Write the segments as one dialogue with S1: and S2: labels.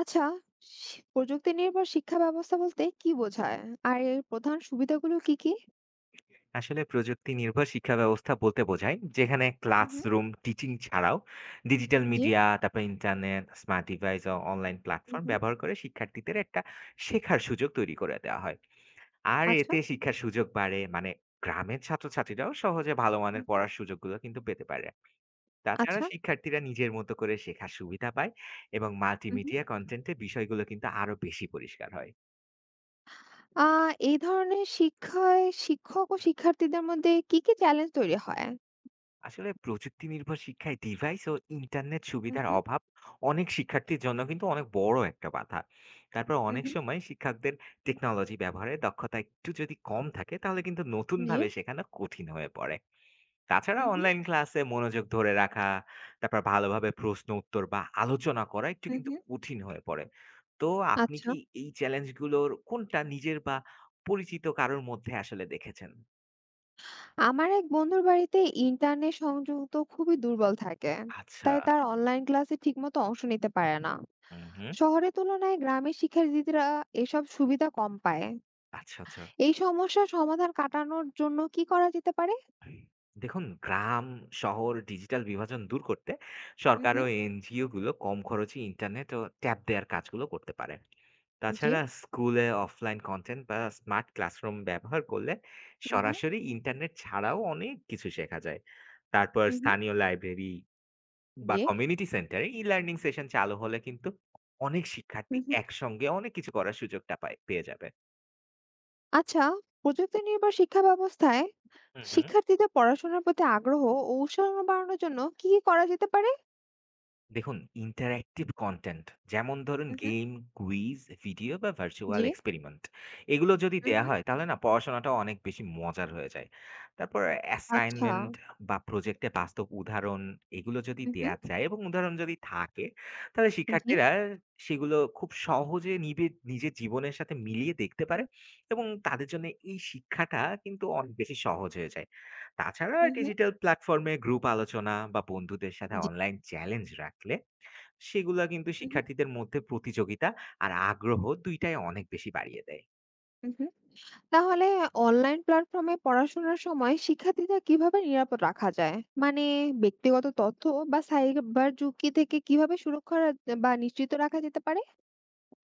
S1: আচ্ছা, প্রযুক্তি নির্ভর শিক্ষা ব্যবস্থা বলতে কি বোঝায়? আর এর প্রধান সুবিধাগুলো কি, কি?
S2: আসলে প্রযুক্তি নির্ভর শিক্ষা ব্যবস্থা বলতে বোঝায় যেখানে
S1: হুম, হুম।
S2: ক্লাসরুম টিচিং ছাড়াও ডিজিটাল
S1: জি।
S2: মিডিয়া তারপর ইন্টারনেট স্মার্ট ডিভাইস ও অনলাইন
S1: হুম,
S2: প্ল্যাটফর্ম
S1: হুম।
S2: ব্যবহার করে শিক্ষার্থীদের একটা শেখার সুযোগ তৈরি করে দেওয়া হয়। আর
S1: আচ্ছা,
S2: এতে শিক্ষার সুযোগ বাড়ে মানে গ্রামের ছাত্রছাত্রীরাও সহজে ভালো
S1: হুম,
S2: মানের
S1: হুম।
S2: পড়ার সুযোগগুলো কিন্তু পেতে পারে। তাছাড়া
S1: আচ্ছা।
S2: শিক্ষার্থীরা নিজের মতো করে শেখার সুবিধা পায় এবং
S1: হুম, হুম।
S2: মাল্টিমিডিয়া কন্টেন্টে বিষয়গুলো কিন্তু আরো বেশি পরিষ্কার হয়।
S1: আ এই ধরনের শিক্ষায় শিক্ষক ও শিক্ষার্থীদের মধ্যে কি, কি চ্যালেঞ্জ তৈরি হয়?
S2: আসলে প্রযুক্তি নির্ভর শিক্ষায় ডিভাইস ও ইন্টারনেট
S1: হুম,
S2: সুবিধার
S1: হুম।
S2: অভাব অনেক শিক্ষার্থীর জন্য কিন্তু অনেক বড় একটা বাধা। তারপর
S1: হুম,
S2: অনেক
S1: হুম।
S2: সময় শিক্ষকদের টেকনোলজি ব্যবহারে দক্ষতা একটু যদি কম থাকে তাহলে কিন্তু
S1: জি।
S2: নতুনভাবে শেখানো কঠিন হয়ে পড়ে। তাছাড়া
S1: হুম, হুম।
S2: অনলাইন ক্লাসে মনোযোগ ধরে রাখা তারপর ভালোভাবে প্রশ্ন উত্তর বা আলোচনা করা একটু
S1: হুম,
S2: কিন্তু
S1: হুম।
S2: কঠিন হয়ে পড়ে। তো আপনি
S1: আচ্ছা।
S2: কি এই চ্যালেঞ্জগুলোর কোনটা নিজের বা পরিচিত কারোর মধ্যে আসলে দেখেছেন?
S1: আমার এক বন্ধুর বাড়িতে ইন্টারনেট সংযোগ তো খুবই দুর্বল থাকে।
S2: আচ্ছা।
S1: তাই তার অনলাইন ক্লাসে ঠিকমতো অংশ নিতে পারে না।
S2: হুম হুম।
S1: শহরের তুলনায় গ্রামের শিক্ষার্থীরা এসব সুবিধা কম পায়।
S2: আচ্ছা আচ্ছা।
S1: এই সমস্যা সমাধান কাটানোর জন্য কি করা যেতে পারে?
S2: দেখুন, গ্রাম, শহর ডিজিটাল বিভাজন দূর করতে
S1: হুম,
S2: সরকার
S1: হুম।
S2: ও এনজিও গুলো কম খরচে ইন্টারনেট ও ট্যাব দেয়ার কাজগুলো করতে পারে।
S1: জি।
S2: তাছাড়া স্কুলে অফলাইন কনটেন্ট বা স্মার্ট ক্লাসরুম ব্যবহার করলে
S1: হুম, হুম।
S2: সরাসরি ইন্টারনেট ছাড়াও অনেক কিছু শেখা যায়। তারপর
S1: হুম, হুম।
S2: স্থানীয় লাইব্রেরি বা
S1: জি।
S2: কমিউনিটি সেন্টারে ই-লার্নিং সেশন চালু হলে কিন্তু অনেক শিক্ষার্থী
S1: হুম, হুম।
S2: একসঙ্গে অনেক কিছু করার সুযোগটা পায় পেয়ে যাবে।
S1: আচ্ছা, প্রযুক্তি নির্ভর শিক্ষা ব্যবস্থায়
S2: হু, হু।
S1: শিক্ষার্থীদের পড়াশোনার প্রতি আগ্রহ ও উৎসাহ বাড়ানোর জন্য কি, কি করা যেতে পারে?
S2: দেখুন, ইন্টারেক্টিভ কনটেন্ট যেমন ধরুন
S1: হুম, হুম।
S2: গেম, কুইজ, ভিডিও বা ভার্চুয়াল
S1: জি।
S2: এক্সপেরিমেন্ট এগুলো যদি
S1: হুম,
S2: দেয়া
S1: হুম।
S2: হয় তাহলে না পড়াশোনাটাও অনেক বেশি মজার হয়ে যায়। তারপর
S1: আচ্ছা।
S2: অ্যাসাইনমেন্ট বা প্রজেক্টে বাস্তব উদাহরণ এগুলো যদি
S1: হুম, হুম।
S2: দেয়া যায় এবং উদাহরণ যদি থাকে তাহলে
S1: জি।
S2: শিক্ষার্থীরা সেগুলো খুব সহজে নিবে, নিজের জীবনের সাথে মিলিয়ে দেখতে পারে
S1: হুম,
S2: এবং তাদের জন্য এই শিক্ষাটা কিন্তু অনেক বেশি সহজ হয়ে যায়। তাছাড়া
S1: হুম, হুম।
S2: ডিজিটাল প্ল্যাটফর্মে গ্রুপ আলোচনা বা বন্ধুদের সাথে
S1: জি।
S2: অনলাইন চ্যালেঞ্জ রাখলে সেগুলা কিন্তু
S1: হুম, হুম।
S2: শিক্ষার্থীদের মধ্যে প্রতিযোগিতা আর আগ্রহ দুইটাই অনেক বেশি বাড়িয়ে দেয়।
S1: হুম, হুম। তাহলে অনলাইন প্ল্যাটফর্মে পড়াশোনার সময় শিক্ষার্থীদের কিভাবে নিরাপদ রাখা যায়? মানে ব্যক্তিগত তথ্য বা সাইবার ঝুঁকি থেকে কিভাবে সুরক্ষা বা নিশ্চিত রাখা যেতে পারে?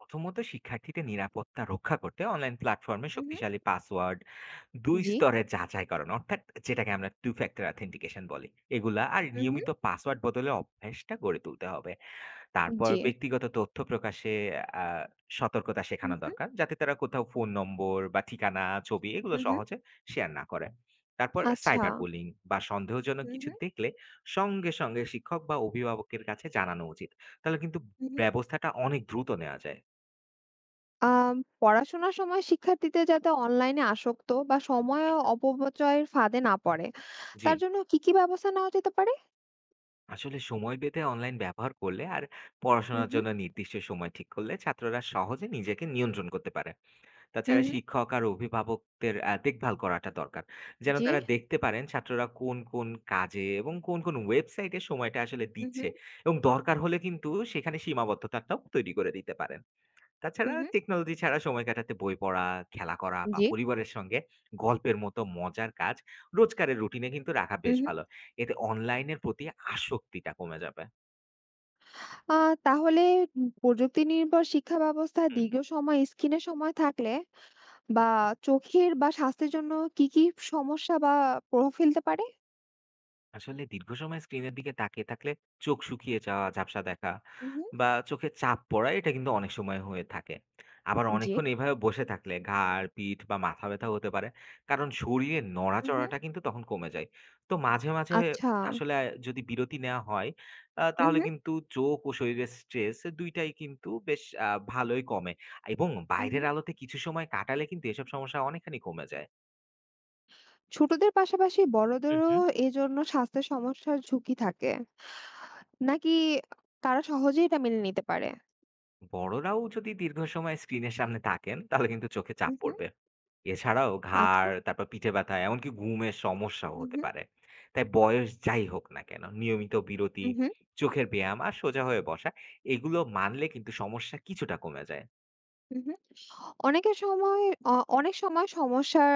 S2: প্রথমত শিক্ষার্থীদের নিরাপত্তা রক্ষা করতে অনলাইন প্ল্যাটফর্মে
S1: হুম, হুম।
S2: শক্তিশালী পাসওয়ার্ড, দুই
S1: জি।
S2: স্তরে যাচাইকরণ অর্থাৎ যেটাকে আমরা টু ফ্যাক্টর অথেন্টিকেশন বলি এগুলা, আর
S1: হুম, হুম।
S2: নিয়মিত পাসওয়ার্ড বদলে অভ্যাসটা গড়ে তুলতে হবে। তারপর
S1: জি।
S2: ব্যক্তিগত তথ্য প্রকাশে আ সতর্কতা
S1: হুম,
S2: শেখানো
S1: হুম।
S2: দরকার। যাতে তারা কোথাও ফোন নম্বর বা ঠিকানা, ছবি এগুলো
S1: হুম, হুম।
S2: সহজে শেয়ার না করে। তারপর
S1: আচ্ছা।
S2: সাইবার বুলিং বা সন্দেহজনক
S1: হুম,
S2: কিছু
S1: হুম।
S2: দেখলে সঙ্গে, সঙ্গে শিক্ষক বা অভিভাবকের কাছে জানানো উচিত। তাহলে কিন্তু
S1: হুম, হুম।
S2: ব্যবস্থাটা অনেক দ্রুত নেওয়া যায়।
S1: আম পড়াশোনার সময় শিক্ষার্থীদের যাতে অনলাইনে আসক্ত বা সময়
S2: হু, হু।
S1: অপব্যয়ের ফাঁদে না পড়ে,
S2: জি।
S1: তার জন্য কি, কি ব্যবস্থা নেওয়া যেতে পারে?
S2: আসলে সময় বেঁধে অনলাইন ব্যবহার করলে আর
S1: হুম,
S2: পড়াশোনার
S1: হুম।
S2: জন্য নির্দিষ্ট সময় ঠিক করলে ছাত্ররা সহজে নিজেকে নিয়ন্ত্রণ করতে পারে।
S1: হুম,
S2: তাছাড়া
S1: হুম।
S2: শিক্ষক আর অভিভাবকদের দেখভাল করাটা দরকার। যেন
S1: জি।
S2: তারা দেখতে পারেন ছাত্ররা কোন, কোন কাজে এবং কোন, কোন ওয়েবসাইটে সময়টা আসলে
S1: হুম,
S2: দিচ্ছে
S1: হুম।
S2: এবং দরকার হলে কিন্তু সেখানে সীমাবদ্ধতাটাও তৈরি করে দিতে পারেন।
S1: হুম,
S2: তাছাড়া
S1: হুম।
S2: টেকনোলজি ছাড়া সময় কাটাতে বই পড়া, খেলা করা বা
S1: জি।
S2: পরিবারের সঙ্গে গল্পের মতো মজার কাজ রোজকারের রুটিনে কিন্তু রাখা বেশ ভালো। এতে অনলাইনের প্রতি আসক্তিটা কমে যাবে।
S1: আ তাহলে প্রযুক্তি নির্ভর শিক্ষা ব্যবস্থা
S2: হুম।
S1: দীর্ঘ সময় স্ক্রিনে সময় থাকলে বা চোখের বা স্বাস্থ্যের জন্য কি, কি সমস্যা বা প্রভাব ফেলতে পারে?
S2: আসলে দীর্ঘ সময় স্ক্রিনের দিকে তাকিয়ে থাকলে চোখ শুকিয়ে যাওয়া, ঝাপসা দেখা
S1: হু, হু।
S2: বা চোখে চাপ পড়া এটা কিন্তু অনেক সময় হয়ে থাকে। আবার
S1: জি।
S2: অনেকক্ষণ এভাবে বসে থাকলে ঘাড়, পিঠ বা মাথা ব্যথা হতে পারে। কারণ শরীরের
S1: হু, হু।
S2: নড়াচড়াটা কিন্তু তখন কমে যায়। তো মাঝে, মাঝে
S1: আচ্ছা।
S2: আসলে যদি বিরতি নেওয়া হয়
S1: হু,
S2: তাহলে
S1: হু।
S2: কিন্তু চোখ ও শরীরের স্ট্রেস ২ টাই কিন্তু বেশ ভালোই কমে এবং
S1: হু, হু।
S2: বাইরের আলোতে কিছু সময় কাটালে কিন্তু এসব সমস্যা অনেকখানি কমে যায়।
S1: ছোটদের পাশাপাশি
S2: হু,
S1: বড়দেরও
S2: হু।
S1: এজন্য স্বাস্থ্যের সমস্যার ঝুঁকি থাকে। নাকি তারা সহজেই এটা মেনে নিতে পারে?
S2: বড়রাও যদি দীর্ঘ সময় স্ক্রিনের সামনে থাকেন তাহলে কিন্তু চোখে
S1: হু,
S2: চাপ
S1: হু।
S2: পড়বে। এছাড়াও
S1: আচ্ছা।
S2: ঘাড় তারপর পিঠে ব্যথা এমনকি ঘুমের সমস্যাও
S1: হু,
S2: হতে
S1: হু।
S2: পারে। তাই বয়স যাই হোক না কেন নিয়মিত বিরতি,
S1: হু, হু।
S2: চোখের ব্যায়াম আর সোজা হয়ে বসা এগুলো মানলে কিন্তু সমস্যা কিছুটা কমে যায়।
S1: হু, হু। অনেকের সময় অ অনেক সময় সমস্যার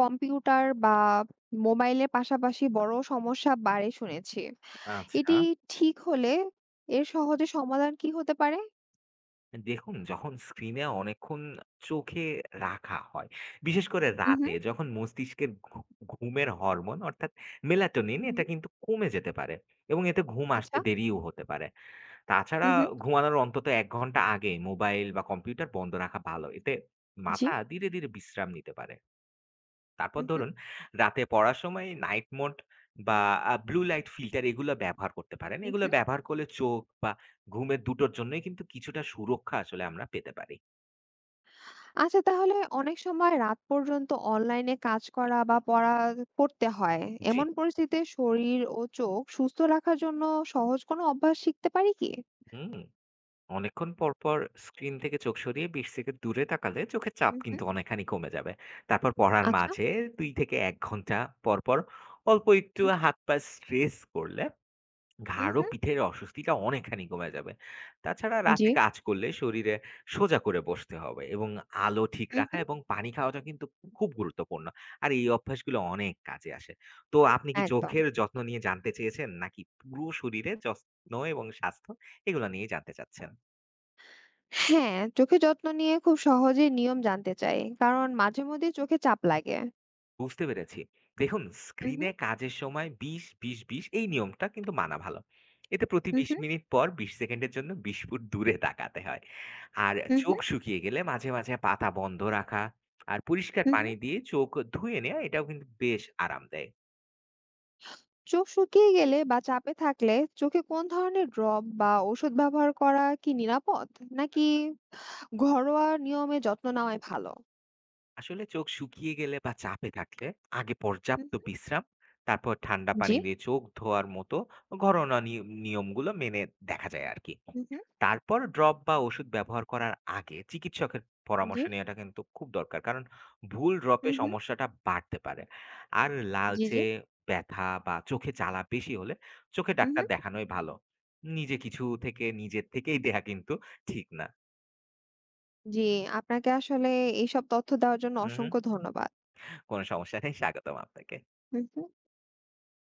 S1: কম্পিউটার বা মোবাইলের পাশাপাশি বড় সমস্যা বাড়ে শুনেছি।
S2: আচ্ছা।
S1: এটি ঠিক হলে এর সহজে সমাধান কি হতে পারে?
S2: দেখুন যখন স্ক্রিনে অনেকক্ষণ চোখে রাখা হয়, বিশেষ করে
S1: হুম
S2: রাতে,
S1: হুম
S2: যখন মস্তিষ্কের ঘুমের হরমোন অর্থাৎ মেলাটোনিন
S1: হুম
S2: এটা কিন্তু কমে যেতে পারে এবং এতে ঘুম
S1: আচ্ছা।
S2: আসতে দেরিও হতে পারে। তাছাড়া
S1: হুম হুম
S2: ঘুমানোর অন্তত ১ ঘন্টা আগে মোবাইল বা কম্পিউটার বন্ধ রাখা ভালো। এতে
S1: জি।
S2: মাথা ধীরে, ধীরে বিশ্রাম নিতে পারে। তারপর
S1: হুম হুম
S2: ধরুন রাতে পড়ার সময় নাইট মোড বা ব্লু লাইট ফিল্টার এগুলো ব্যবহার করতে পারেন।
S1: হুম
S2: এগুলো
S1: হুম।
S2: ব্যবহার করলে চোখ বা ঘুমের দুটোর জন্যই কিন্তু কিছুটা সুরক্ষা আসলে আমরা পেতে পারি।
S1: আচ্ছা তাহলে অনেক সময় রাত পর্যন্ত অনলাইনে কাজ করা বা পড়া করতে হয়।
S2: জি।
S1: এমন পরিস্থিতিতে শরীর ও চোখ সুস্থ রাখার জন্য সহজ কোনো অভ্যাস শিখতে পারি কি?
S2: হুম। অনেকক্ষণ পরপর স্ক্রিন থেকে চোখ সরিয়ে ২০ সেকেন্ড দূরে তাকালে চোখের চাপ
S1: হুম হুম
S2: কিন্তু অনেকখানি কমে যাবে। তারপর পড়ার
S1: আচ্ছা।
S2: মাঝে ২ থেকে ১ ঘন্টা পরপর অল্প একটু
S1: হুম হুম
S2: হাত-পা স্ট্রেচ করলে
S1: হুম
S2: ঘাড় ও
S1: হুম
S2: পিঠের অস্বস্তিটা অনেকখানি কমে যাবে। তাছাড়া
S1: জি।
S2: রাতে কাজ করলে শরীরে সোজা করে বসতে হবে এবং আলো ঠিক
S1: হুম
S2: রাখা
S1: হুম।
S2: এবং পানি খাওয়াটা কিন্তু খুব গুরুত্বপূর্ণ। আর এই অভ্যাসগুলো অনেক কাজে আসে। তো আপনি কি
S1: একদম।
S2: চোখের যত্ন নিয়ে জানতে চেয়েছেন নাকি পুরো শরীরে যত্ন এবং স্বাস্থ্য এগুলো নিয়ে জানতে চাচ্ছেন?
S1: হ্যাঁ, চোখের যত্ন নিয়ে খুব সহজেই নিয়ম জানতে চাই। কারণ মাঝে মধ্যেই চোখে চাপ লাগে।
S2: বুঝতে পেরেছি। দেখুন
S1: হু, হু,
S2: স্ক্রিনে কাজের সময় ২০, ২০, ২০ এই নিয়মটা কিন্তু মানা ভালো। এতে প্রতি
S1: হু,
S2: ২০
S1: হু,
S2: মিনিট পর ২০ সেকেন্ডের জন্য ২০ ফুট দূরে তাকাতে হয়। আর
S1: হু, হু,
S2: চোখ শুকিয়ে গেলে মাঝে, মাঝে পাতা বন্ধ রাখা আর পরিষ্কার
S1: হু, হু।
S2: পানি দিয়ে চোখ ধুয়ে নেয়া এটাও কিন্তু বেশ আরাম দেয়।
S1: চোখ শুকিয়ে গেলে বা চাপে থাকলে চোখে কোন ধরনের ড্রপ বা ওষুধ ব্যবহার করা কি নিরাপদ? নাকি ঘরোয়া নিয়মে যত্ন নেওয়াই ভালো?
S2: আসলে চোখ শুকিয়ে গেলে বা চাপে থাকলে আগে
S1: হু,
S2: পর্যাপ্ত বিশ্রাম, তারপর ঠান্ডা পানি
S1: জি,
S2: দিয়ে চোখ ধোয়ার মতো ঘরোয়া নিয়মগুলো মেনে দেখা যায় আর কি।
S1: হু, হু,
S2: তারপর ড্রপ বা ওষুধ ব্যবহার করার আগে চিকিৎসকের
S1: জি,
S2: পরামর্শ নেওয়াটা কিন্তু খুব দরকার, কারণ ভুল
S1: হু,
S2: ড্রপে
S1: হু,
S2: সমস্যাটা বাড়তে পারে। আর
S1: জি, জি।
S2: লালচে, ব্যথা বা চোখে জ্বালা বেশি হলে চোখে
S1: হু, হু।
S2: ডাক্তার দেখানোই ভালো। নিজে কিছু থেকে নিজের থেকেই দেয়া কিন্তু ঠিক না।
S1: জি, আপনাকে আসলে এইসব তথ্য দেওয়ার জন্য
S2: হুম হুম,
S1: অসংখ্য ধন্যবাদ।
S2: কোনো সমস্যা নেই, স্বাগতম আপনাকে।
S1: হু, হু।